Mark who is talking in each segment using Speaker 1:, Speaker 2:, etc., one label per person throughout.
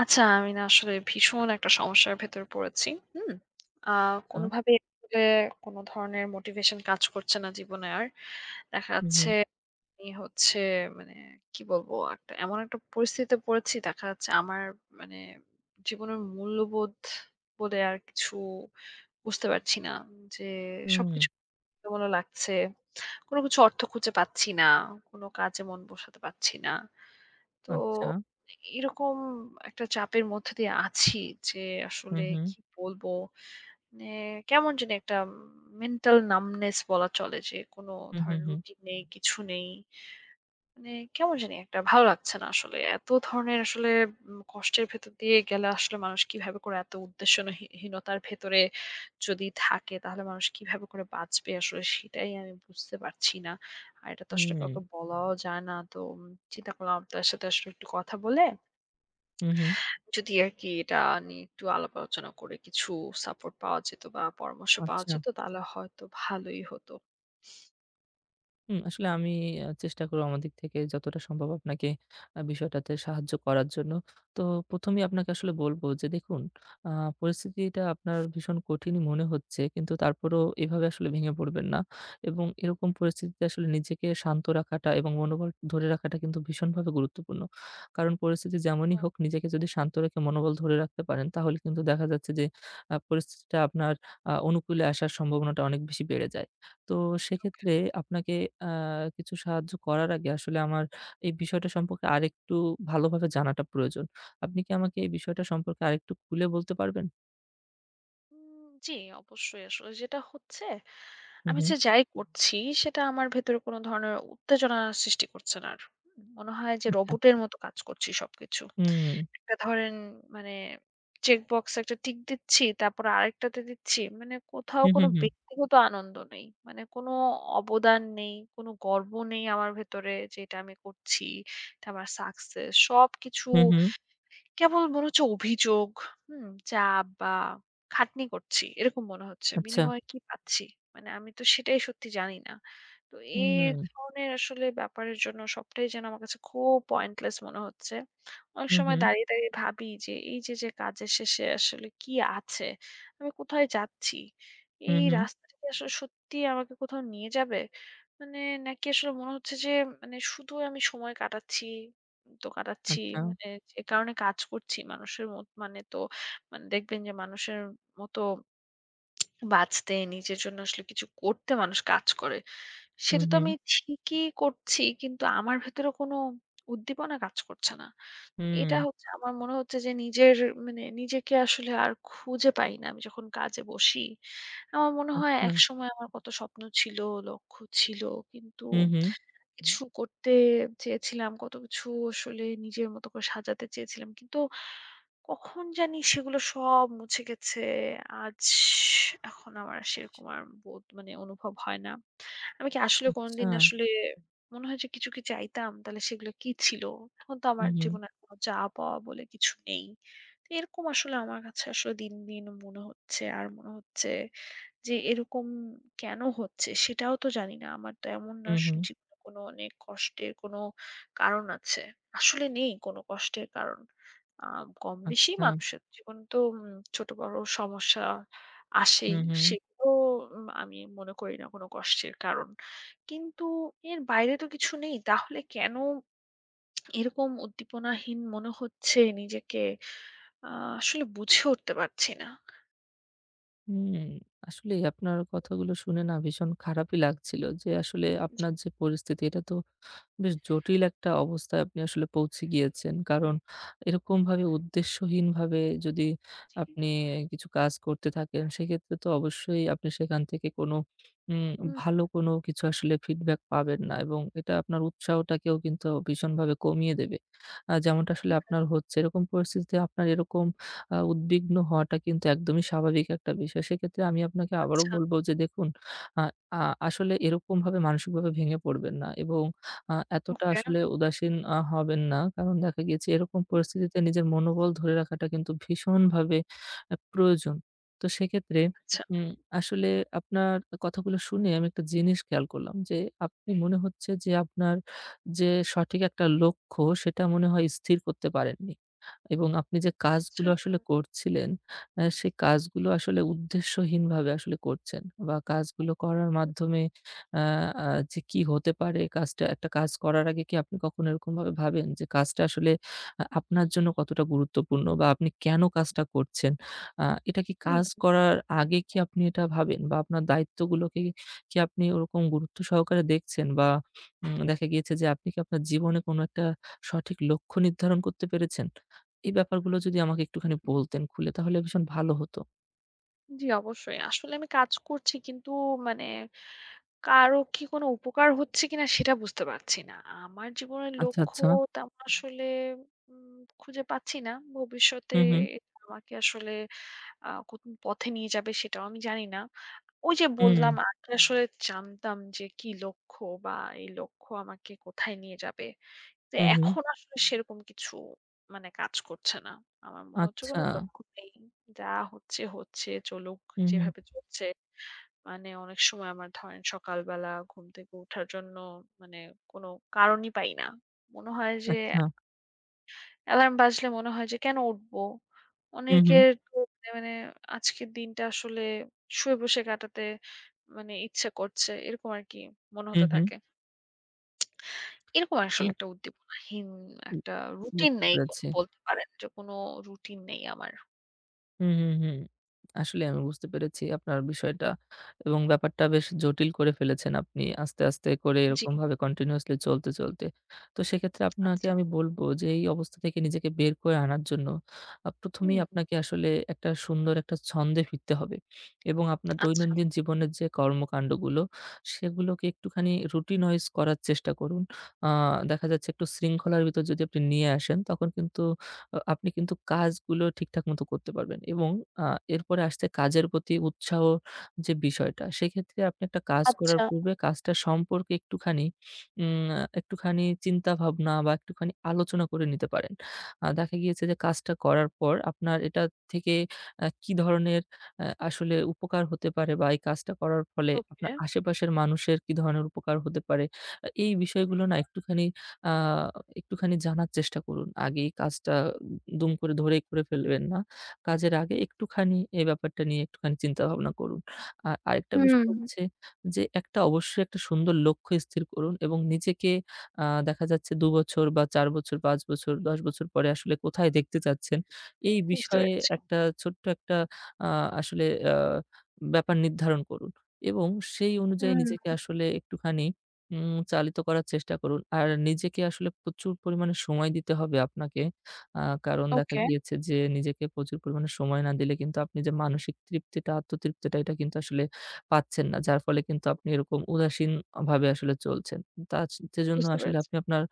Speaker 1: আচ্ছা, আমি না আসলে ভীষণ একটা সমস্যার ভেতর পড়েছি। হুম? আ
Speaker 2: আচ্ছা।
Speaker 1: কোনোভাবেই আসলে কোনো ধরনের মোটিভেশন কাজ করছে না জীবনে আর। দেখা
Speaker 2: হু, হু।
Speaker 1: যাচ্ছে আমি হচ্ছে মানে কি বলবো? একটা এমন একটা পরিস্থিতিতে পড়েছি দেখা যাচ্ছে আমার মানে জীবনের মূল্যবোধ বলে আর কিছু বুঝতে পারছি না। যে
Speaker 2: হুম।
Speaker 1: সবকিছু এলোমেলো লাগছে। কোনো কিছু অর্থ খুঁজে পাচ্ছি না। কোনো কাজে মন বসাতে পারছি না। তো
Speaker 2: আচ্ছা।
Speaker 1: এরকম একটা চাপের মধ্যে দিয়ে আছি যে
Speaker 2: হু,
Speaker 1: আসলে
Speaker 2: হু।
Speaker 1: কি বলবো? মানে কেমন জানি একটা মেন্টাল নামনেস বলা চলে যে কোনো
Speaker 2: হু, হু,
Speaker 1: ধরনের
Speaker 2: হু।
Speaker 1: রুটিন নেই, কিছু নেই। মানে কেমন জানি একটা ভালো লাগছে না আসলে। এত ধরনের আসলে কষ্টের ভেতর দিয়ে গেলে আসলে মানুষ কিভাবে করে এত হীনতার ভেতরে যদি থাকে তাহলে মানুষ কিভাবে করে বাঁচবে আসলে সেটাই আমি বুঝতে পারছি না। আর এটা তো আসলে
Speaker 2: হুম।
Speaker 1: কাউকে বলাও যায় না। তো চিন্তা করলাম আপনার সাথে আসলে একটু কথা বলে
Speaker 2: হু, হু।
Speaker 1: যদি আরকি এটা নিয়ে একটু আলাপ আলোচনা করে কিছু সাপোর্ট পাওয়া যেত বা পরামর্শ পাওয়া
Speaker 2: আচ্ছা।
Speaker 1: যেত তাহলে হয়তো ভালোই হতো।
Speaker 2: হুম, আসলে আমি চেষ্টা করব আমার দিক থেকে যতটা সম্ভব আপনাকে বিষয়টাতে সাহায্য করার জন্য। তো ১ম এই আপনাকে আসলে বলব যে দেখুন, আ পরিস্থিতিটা আপনার ভীষণ কঠিনই মনে হচ্ছে কিন্তু তারপরেও এভাবে আসলে ভেঙে পড়বেন না। এবং এরকম পরিস্থিতিতে আসলে নিজেকে শান্ত রাখাটা এবং মনোবল ধরে রাখাটা কিন্তু ভীষণভাবে গুরুত্বপূর্ণ। কারণ পরিস্থিতি যেমনই হোক নিজেকে যদি শান্ত রেখে মনোবল ধরে রাখতে পারেন তাহলে কিন্তু দেখা যাচ্ছে যে পরিস্থিতিটা আপনার অনুকূলে আসার সম্ভাবনাটা অনেক বেশি বেড়ে যায়। তো সেক্ষেত্রে আপনাকে আ কিছু সাহায্য করার আগে আসলে আমার এই বিষয়টা সম্পর্কে আরেকটু ভালোভাবে জানাটা প্রয়োজন। আপনি কি আমাকে এই বিষয়টা সম্পর্কে আরেকটু খুলে বলতে পারবেন?
Speaker 1: জি, অবশ্যই আসলে যেটা হচ্ছে
Speaker 2: হু,
Speaker 1: আমি
Speaker 2: হু।
Speaker 1: যে যাই করছি সেটা আমার ভেতরে কোনো ধরনের উত্তেজনা সৃষ্টি করছে না আর। মনে হয় যে
Speaker 2: আচ্ছা।
Speaker 1: রোবটের মতো কাজ করছি সবকিছু।
Speaker 2: হুম,
Speaker 1: একটা ধরেন মানে চেক বক্স একটা টিক দিচ্ছি, তারপরে আরেকটাতে দিচ্ছি। মানে কোথাও
Speaker 2: হু, হু,
Speaker 1: কোনো
Speaker 2: হু,
Speaker 1: ব্যক্তিগত আনন্দ নেই। মানে কোনো অবদান নেই, কোনো গর্ব নেই আমার ভেতরে যে এটা আমি করছি, এটা আমার সাকসেস। সবকিছু
Speaker 2: হু, হু।
Speaker 1: কেবল মনে হচ্ছে অভিযোগ, হুম? চাপ বা খাটনি করছি এরকম মনে হচ্ছে।
Speaker 2: আচ্ছা।
Speaker 1: বিনিময়ে কি পাচ্ছি? মানে আমি তো সেটাই সত্যি জানি না। তো এ
Speaker 2: হুম,
Speaker 1: ধরনের আসলে ব্যাপারের জন্য সবটাই যেন আমার কাছে খুব পয়েন্টলেস মনে হচ্ছে। অনেক
Speaker 2: হু, হু,
Speaker 1: সময় দাঁড়িয়ে, দাঁড়িয়ে ভাবি যে এই যে, যে কাজের শেষে আসলে কি আছে? আমি কোথায় যাচ্ছি?
Speaker 2: হু,
Speaker 1: এই
Speaker 2: হু।
Speaker 1: রাস্তাটা কি আসলে সত্যিই আমাকে কোথাও নিয়ে যাবে? মানে নাকি আসলে মনে হচ্ছে যে মানে শুধু আমি সময় কাটাচ্ছি তো কাটাচ্ছি
Speaker 2: আচ্ছা।
Speaker 1: মানে যে কারণে কাজ করছি মানুষের মত মানে তো মানে দেখবেন যে মানুষের মতো বাঁচতে নিজের জন্য আসলে কিছু করতে মানুষ কাজ করে।
Speaker 2: হু,
Speaker 1: সেটা তো
Speaker 2: হু,
Speaker 1: আমি ঠিকই করছি কিন্তু আমার ভেতরে কোনো উদ্দীপনা কাজ করছে না।
Speaker 2: হুম,
Speaker 1: এটা হচ্ছে আমার মনে হচ্ছে যে নিজের মানে নিজেকে আসলে আর খুঁজে পাই না। আমি যখন কাজে বসি আমার মনে হয়
Speaker 2: আচ্ছা।
Speaker 1: একসময় আমার কত স্বপ্ন ছিল, লক্ষ্য ছিল কিন্তু
Speaker 2: হু, হু,
Speaker 1: কিছু করতে চেয়েছিলাম, কত কিছু আসলে নিজের মতো করে সাজাতে চেয়েছিলাম। কিন্তু কখন জানি সেগুলো সব মুছে গেছে। আজ এখন আমার আর সেরকম আর বোধ মানে অনুভব হয় না। আমি কি আসলে
Speaker 2: আচ্ছা।
Speaker 1: কোনদিন আসলে মনে হয় যে কিছু কি চাইতাম, তাহলে সেগুলো কি ছিল? এখন তো
Speaker 2: হু,
Speaker 1: আমার
Speaker 2: হু,
Speaker 1: জীবনে আর কোনো চাওয়া-পাওয়া বলে কিছু নেই। তো এরকম আসলে আমার কাছে আসলে দিন, দিন মনে হচ্ছে আর মনে হচ্ছে যে এরকম কেন হচ্ছে? সেটাও তো জানি না। আমার তো এমন না
Speaker 2: হু, হু,
Speaker 1: জীবনে কোনো অনেক কষ্টের কোনো কারণ আছে। আসলে নেই কোনো কষ্টের কারণ। আ কম-বেশি
Speaker 2: আচ্ছা।
Speaker 1: মানুষের জীবনে তো ছোট-বড় সমস্যা
Speaker 2: হু,
Speaker 1: আসেই।
Speaker 2: হু,
Speaker 1: সেগুলো আমি মনে করি না কোনো কষ্টের কারণ। কিন্তু এর বাইরে তো কিছু নেই। তাহলে কেন এরকম উদ্দীপনাহীন মনে হচ্ছে নিজেকে? আ আসলে বুঝে উঠতে পারছি না।
Speaker 2: হুম। আসলেই আপনার কথাগুলো শুনে না ভীষণ খারাপই লাগছিল যে আসলে
Speaker 1: জি,
Speaker 2: আপনার যে পরিস্থিতি এটা তো বেশ জটিল একটা অবস্থায় আপনি আসলে পৌঁছে গিয়েছেন। কারণ
Speaker 1: হুম
Speaker 2: এরকমভাবে উদ্দেশ্যহীনভাবে যদি
Speaker 1: জি।
Speaker 2: আপনি কিছু কাজ করতে থাকেন, সেক্ষেত্রে তো অবশ্যই আপনি সেখান থেকে কোনো উম
Speaker 1: হুম,
Speaker 2: ভালো কোনো কিছু আসলে ফিডব্যাক পাবেন না এবং এটা আপনার উৎসাহটাকেও কিন্তু ভীষণভাবে কমিয়ে দেবে। যেমনটা আসলে আপনার হচ্ছে, এরকম পরিস্থিতিতে আপনার এরকম উদ্বিগ্ন হওয়াটা কিন্তু একদমই স্বাভাবিক একটা বিষয়। সেক্ষেত্রে আমি আপনাকে আবারও
Speaker 1: আচ্ছা।
Speaker 2: বলব যে দেখুন, আ আ আসলে এরকমভাবে মানসিকভাবে ভেঙে পড়বেন না এবং এতটা
Speaker 1: ওকে।
Speaker 2: আসলে উদাসীন হবেন না। কারণ দেখা গিয়েছে এরকম পরিস্থিতিতে নিজের মনোবল ধরে রাখাটা কিন্তু ভীষণভাবে প্রয়োজন। তো সেক্ষেত্রে
Speaker 1: আচ্ছা,
Speaker 2: উম আসলে আপনার কথাগুলো শুনে আমি একটা জিনিস খেয়াল করলাম যে, আপনি মনে হচ্ছে যে আপনার যে সঠিক একটা লক্ষ্য সেটা মনে হয় স্থির করতে পারেননি। এবং আপনি যে
Speaker 1: আচ্ছা।
Speaker 2: কাজগুলো আসলে করছিলেন, সেই কাজগুলো আসলে উদ্দেশ্যহীনভাবে আসলে করছেন বা কাজগুলো করার মাধ্যমে আ আ যে কি হতে পারে কাজটা একটা কাজ করার আগে কি আপনি কখনো এরকমভাবে ভাবেন যে কাজটা আসলে আপনার জন্য কতটা গুরুত্বপূর্ণ বা আপনি কেন কাজটা করছেন? এটা কি
Speaker 1: হুম,
Speaker 2: কাজ করার আগে কি আপনি এটা ভাবেন বা আপনার দায়িত্বগুলোকে কি আপনি ওরকম গুরুত্ব সহকারে দেখছেন বা দেখা গিয়েছে যে আপনি কি আপনার জীবনে কোনো একটা সঠিক লক্ষ্য নির্ধারণ করতে পেরেছেন? এই ব্যাপারগুলো যদি আমাকে একটুখানি বলতেন খুলে তাহলে ভীষণ ভালো হতো।
Speaker 1: জি অবশ্যই। আসলে আমি কাজ করছি কিন্তু মানে কারো কি কোনো উপকার হচ্ছে কিনা সেটা বুঝতে পারছি না। আমার জীবনের
Speaker 2: আচ্ছা,
Speaker 1: লক্ষ্য
Speaker 2: আচ্ছা।
Speaker 1: তেমন আসলে খুঁজে পাচ্ছি না। ভবিষ্যতে
Speaker 2: হু, হু।
Speaker 1: এটা আমাকে আসলে কোন পথে নিয়ে যাবে সেটাও আমি জানি না। ওই যে
Speaker 2: হুম,
Speaker 1: বললাম আগে আসলে জানতাম যে কি লক্ষ্য বা এই লক্ষ্য আমাকে কোথায় নিয়ে যাবে। তো
Speaker 2: হু, হু।
Speaker 1: এখন আসলে সেরকম কিছু মানে কাজ করছে না। আমার মনে হচ্ছে
Speaker 2: আচ্ছা।
Speaker 1: কোনো লক্ষ্য নেই। যা হচ্ছে, হচ্ছে চলুক
Speaker 2: হু, হু।
Speaker 1: যেভাবে চলছে। মানে অনেক সময় আমার ধরেন সকালবেলা ঘুম থেকে ওঠার জন্য মানে কোনো কারণই পাই না। মনে হয় যে
Speaker 2: আচ্ছা।
Speaker 1: অ্যালার্ম বাজলে মনে হয় যে কেন উঠবো?
Speaker 2: হু, হু।
Speaker 1: অনেকের হুম। মানে মানে আজকের দিনটা আসলে শুয়ে বসে কাটাতে মানে ইচ্ছে করছে। এরকম আরকি মনে
Speaker 2: হু,
Speaker 1: হতে
Speaker 2: হু।
Speaker 1: থাকে। এরকম আসলে একটা উদ্দীপনাহীন একটা রুটিন
Speaker 2: বুঝতে
Speaker 1: নেই কোনো
Speaker 2: পেরেছি।
Speaker 1: বলতে পারেন যে কোনো রুটিন নেই আমার।
Speaker 2: হুম, হুম, হুম। আসলে আমি বুঝতে পেরেছি আপনার বিষয়টা এবং ব্যাপারটা বেশ জটিল করে ফেলেছেন আপনি আস্তে, আস্তে করে
Speaker 1: জি,
Speaker 2: এরকমভাবে কন্টিনিউয়াসলি চলতে, চলতে। তো সেক্ষেত্রে আপনাকে
Speaker 1: আচ্ছা।
Speaker 2: আমি বলব যে এই অবস্থা থেকে নিজেকে বের করে আনার জন্য ১ম এই
Speaker 1: হুম,
Speaker 2: আপনাকে আসলে একটা সুন্দর একটা ছন্দে ফিরতে হবে এবং আপনার
Speaker 1: আচ্ছা।
Speaker 2: দৈনন্দিন জীবনের যে কর্মকাণ্ডগুলো সেগুলোকে একটুখানি রুটিনাইজ করার চেষ্টা করুন। আ দেখা যাচ্ছে একটু শৃঙ্খলার ভিতর যদি আপনি নিয়ে আসেন তখন কিন্তু আপনি কিন্তু কাজগুলো ঠিকঠাক মতো করতে পারবেন এবং আ এরপরে আসছে কাজের প্রতি উৎসাহ যে বিষয়টা, সেক্ষেত্রে আপনি একটা কাজ করার
Speaker 1: আচ্ছা।
Speaker 2: পূর্বে কাজটা সম্পর্কে একটুখানি উম আ একটুখানি চিন্তাভাবনা বা একটুখানি আলোচনা করে নিতে পারেন। দেখা গিয়েছে যে কাজটা করার পর আপনার এটা থেকে কি ধরনের আসলে উপকার হতে পারে বা এই কাজটা করার ফলে আপনার
Speaker 1: ওকে।
Speaker 2: আশেপাশের মানুষের কি ধরনের উপকার হতে পারে, এই বিষয়গুলো না একটুখানি আ একটুখানি জানার চেষ্টা করুন। আগেই কাজটা দুম করে ধরেই করে ফেলবেন না। কাজের আগে একটুখানি এই ব্যাপারটা নিয়ে একটুখানি চিন্তাভাবনা করুন। আর আরেকটা বিষয়
Speaker 1: হুম।
Speaker 2: হচ্ছে যে একটা অবশ্যই একটা সুন্দর লক্ষ্য স্থির করুন এবং নিজেকে দেখা যাচ্ছে ২ বছর বা ৪ বছর, ৫ বছর, ১০ বছর পরে আসলে কোথায় দেখতে চাচ্ছেন, এই
Speaker 1: বুঝতে
Speaker 2: বিষয়ে
Speaker 1: পেরেছি।
Speaker 2: একটা ছোট্ট একটা আ আসলে আ ব্যাপার নির্ধারণ করুন এবং সেই অনুযায়ী
Speaker 1: হুম।
Speaker 2: নিজেকে আসলে একটুখানি চালিত করার চেষ্টা করুন। আর নিজেকে আসলে প্রচুর পরিমাণে সময় দিতে হবে আপনাকে। আ কারণ দেখা
Speaker 1: ওকে,
Speaker 2: গিয়েছে যে নিজেকে প্রচুর পরিমাণে সময় না দিলে কিন্তু আপনি যে মানসিক তৃপ্তিটা, আত্মতৃপ্তিটা এটা কিন্তু আসলে পাচ্ছেন না। যার ফলে কিন্তু আপনি এরকম উদাসীন ভাবে আসলে চলছেন। তার সেজন্য
Speaker 1: বুঝতে
Speaker 2: আসলে
Speaker 1: পেরেছি,
Speaker 2: আপনি আপনার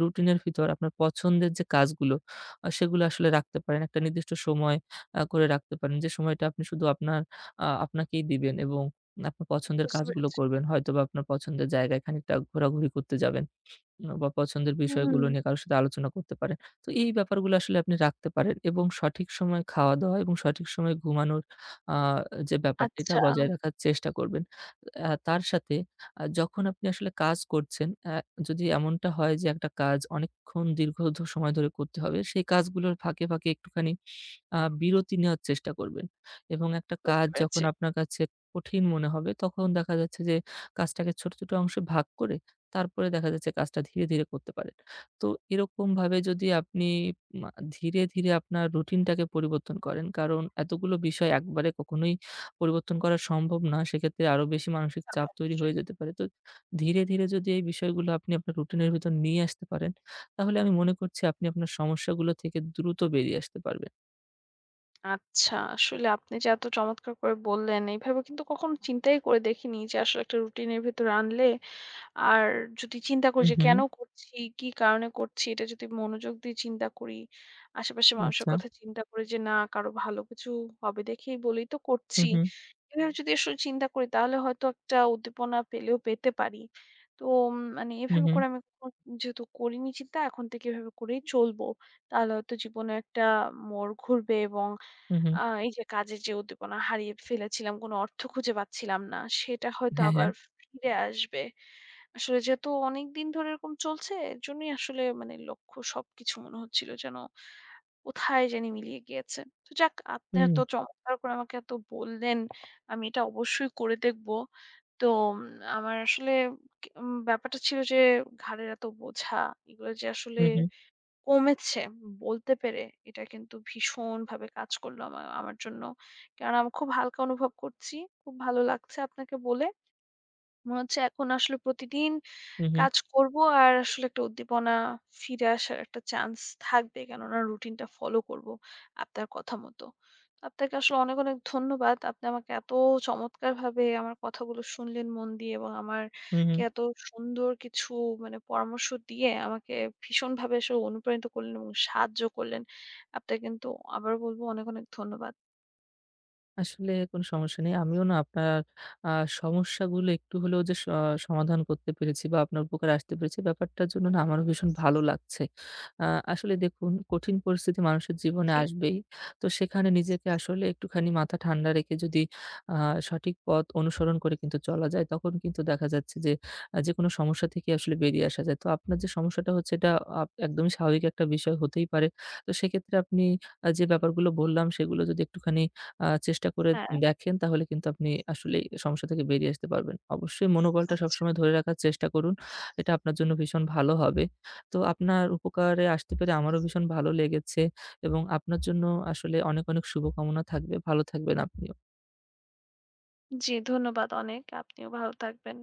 Speaker 2: রুটিনের ভিতর আপনার পছন্দের যে কাজগুলো সেগুলো আসলে রাখতে পারেন। একটা নির্দিষ্ট সময় করে রাখতে পারেন। যে সময়টা আপনি শুধু আপনার আপনাকেই দিবেন এবং আপনার পছন্দের
Speaker 1: বুঝতে
Speaker 2: কাজগুলো
Speaker 1: পেরেছি।
Speaker 2: করবেন। হয়তোবা আপনার পছন্দের জায়গায় খানিকটা ঘোরাঘুরি করতে যাবেন উম, বা পছন্দের
Speaker 1: হুম,
Speaker 2: বিষয়গুলো নিয়ে কারো সাথে আলোচনা করতে পারেন। তো এই ব্যাপারগুলো আসলে আপনি রাখতে পারেন এবং সঠিক সময়ে খাওয়া-দাওয়া এবং সঠিক সময়ে ঘুমানোর আ যে ব্যাপারটা এটা
Speaker 1: আচ্ছা।
Speaker 2: বজায় রাখার চেষ্টা করবেন। তার সাথে যখন আপনি আসলে কাজ করছেন, যদি এমনটা হয় যে একটা কাজ অনেকক্ষণ দীর্ঘ সময় ধরে করতে হবে, সেই কাজগুলোর ফাঁকে, ফাঁকে একটুখানি বিরতি নেওয়ার চেষ্টা করবেন এবং একটা
Speaker 1: বুঝতে
Speaker 2: কাজ যখন
Speaker 1: পেরেছি।
Speaker 2: আপনার কাছে কঠিন মনে হবে, তখন দেখা যাচ্ছে যে কাজটাকে ছোট, ছোট অংশে ভাগ করে তারপরে দেখা যাচ্ছে কাজটা ধীরে, ধীরে করতে পারেন। তো এরকমভাবে যদি আপনি মা ধীরে, ধীরে আপনার রুটিনটাকে পরিবর্তন করেন, কারণ এতগুলো বিষয় একবারে কখনোই পরিবর্তন করা সম্ভব না। সেক্ষেত্রে আরো বেশি মানসিক
Speaker 1: তা তো
Speaker 2: চাপ তৈরি
Speaker 1: অবশ্যই।
Speaker 2: হয়ে যেতে পারে। তো ধীরে, ধীরে যদি এই বিষয়গুলো আপনি আপনার রুটিনের ভিতর নিয়ে আসতে পারেন, তাহলে আমি মনে করছি আপনি আপনার সমস্যাগুলো থেকে দ্রুত বেরিয়ে আসতে পারবেন।
Speaker 1: আচ্ছা, আসলে আপনি যে এত চমৎকার করে বললেন, এইভাবে কিন্তু কখনো চিন্তাই করে দেখিনি যে আসলে একটা রুটিনের ভেতরে আনলে আর যদি চিন্তা করি
Speaker 2: হুম,
Speaker 1: যে
Speaker 2: হুম।
Speaker 1: কেন করছি, কি কারণে করছি, এটা যদি মনোযোগ দিয়ে চিন্তা করি, আশেপাশের মানুষের
Speaker 2: আচ্ছা।
Speaker 1: কথা চিন্তা করি যে না কারো ভালো কিছু হবে দেখেই বলেই তো
Speaker 2: হুম,
Speaker 1: করছি।
Speaker 2: হুম।
Speaker 1: এভাবে যদি আসলে চিন্তা করি তাহলে হয়তো একটা উদ্দীপনা পেলেও পেতে পারি। তো মানে
Speaker 2: হুম,
Speaker 1: এভাবে
Speaker 2: হুম।
Speaker 1: করে আমি কখনো যেহেতু করিনি চিন্তা এখন থেকে এভাবে করেই চলবো। তাহলে হয়তো জীবনে একটা মোড় ঘুরবে এবং
Speaker 2: হুম, হুম।
Speaker 1: আ এই যে কাজের যে উদ্দীপনা হারিয়ে ফেলেছিলাম, কোনো অর্থ খুঁজে পাচ্ছিলাম না, সেটা
Speaker 2: হুম,
Speaker 1: হয়তো
Speaker 2: হ্যাঁ,
Speaker 1: আবার
Speaker 2: হ্যাঁ।
Speaker 1: ফিরে আসবে। আসলে যেহেতু অনেকদিন ধরে এরকম চলছে, এজন্যই আসলে মানে লক্ষ্য সবকিছু মনে হচ্ছিল যেন কোথায় জানি মিলিয়ে গিয়েছে। তো যাক আপনি
Speaker 2: হুম।
Speaker 1: এত চমৎকার করে আমাকে এত বললেন, আমি এটা অবশ্যই করে দেখব। তো উম আমার আসলে কে উম ব্যাপারটা ছিল যে ঘাড়ের এত বোঝা, এগুলো যে আসলে
Speaker 2: হুম, হুম।
Speaker 1: কমেছে বলতে পেরে এটা কিন্তু ভীষণভাবে কাজ করলো আমার জন্য। কারণ আমি খুব হালকা অনুভব করছি। খুব ভালো লাগছে আপনাকে বলে। মনে হচ্ছে এখন আসলে প্রতিদিন
Speaker 2: হুম, হুম।
Speaker 1: কাজ করব আর আসলে একটা উদ্দীপনা ফিরে আসার একটা চান্স থাকবে। কেননা রুটিনটা ফলো করব আপনার কথা মতো। আপনাকে আসলে অনেক, অনেক ধন্যবাদ। আপনি আমাকে এত চমৎকারভাবে আমার কথাগুলো শুনলেন মন দিয়ে এবং
Speaker 2: হুম,
Speaker 1: আমারকে
Speaker 2: হুম।
Speaker 1: এত সুন্দর কিছু মানে পরামর্শ দিয়ে আমাকে ভীষণভাবে আসলে অনুপ্রাণিত করলেন এবং সাহায্য করলেন। আপনাকে কিন্তু আবারও বলব অনেক, অনেক ধন্যবাদ।
Speaker 2: আসলে কোন সমস্যা নেই। আমিও না আপনার আ সমস্যাগুলো একটু হলেও যে সমাধান করতে পেরেছি বা আপনার উপকারে আসতে পেরেছি ব্যাপারটার জন্য না আমারও ভীষণ ভালো লাগছে। আ আসলে দেখুন কঠিন পরিস্থিতি মানুষের জীবনে
Speaker 1: জি,
Speaker 2: আসবেই। তো সেখানে নিজেকে আসলে একটুখানি মাথা ঠান্ডা রেখে যদি আ সঠিক পথ অনুসরণ করে কিন্তু চলা যায় তখন কিন্তু দেখা যাচ্ছে যে যেকোনো সমস্যা থেকে আসলে বেরিয়ে আসা যায়। তো আপনার যে সমস্যাটা হচ্ছে এটা একদমই স্বাভাবিক একটা বিষয় হতেই পারে। তো সেক্ষেত্রে আপনি যে ব্যাপারগুলো বললাম সেগুলো যদি একটুখানি চেষ্টা করে
Speaker 1: হ্যাঁ,
Speaker 2: দেখেন তাহলে কিন্তু আপনি আসলেই সমস্যা থেকে বেরিয়ে আসতে পারবেন। অবশ্যই মনোবলটা
Speaker 1: আচ্ছা।
Speaker 2: সবসময় ধরে রাখার চেষ্টা করুন। এটা আপনার জন্য ভীষণ ভালো হবে। তো আপনার উপকারে আসতে পেরে আমারও ভীষণ ভালো লেগেছে এবং আপনার জন্য আসলে অনেক, অনেক শুভকামনা থাকবে। ভালো থাকবেন আপনিও।
Speaker 1: জি, ধন্যবাদ অনেক। আপনিও ভালো থাকবেন।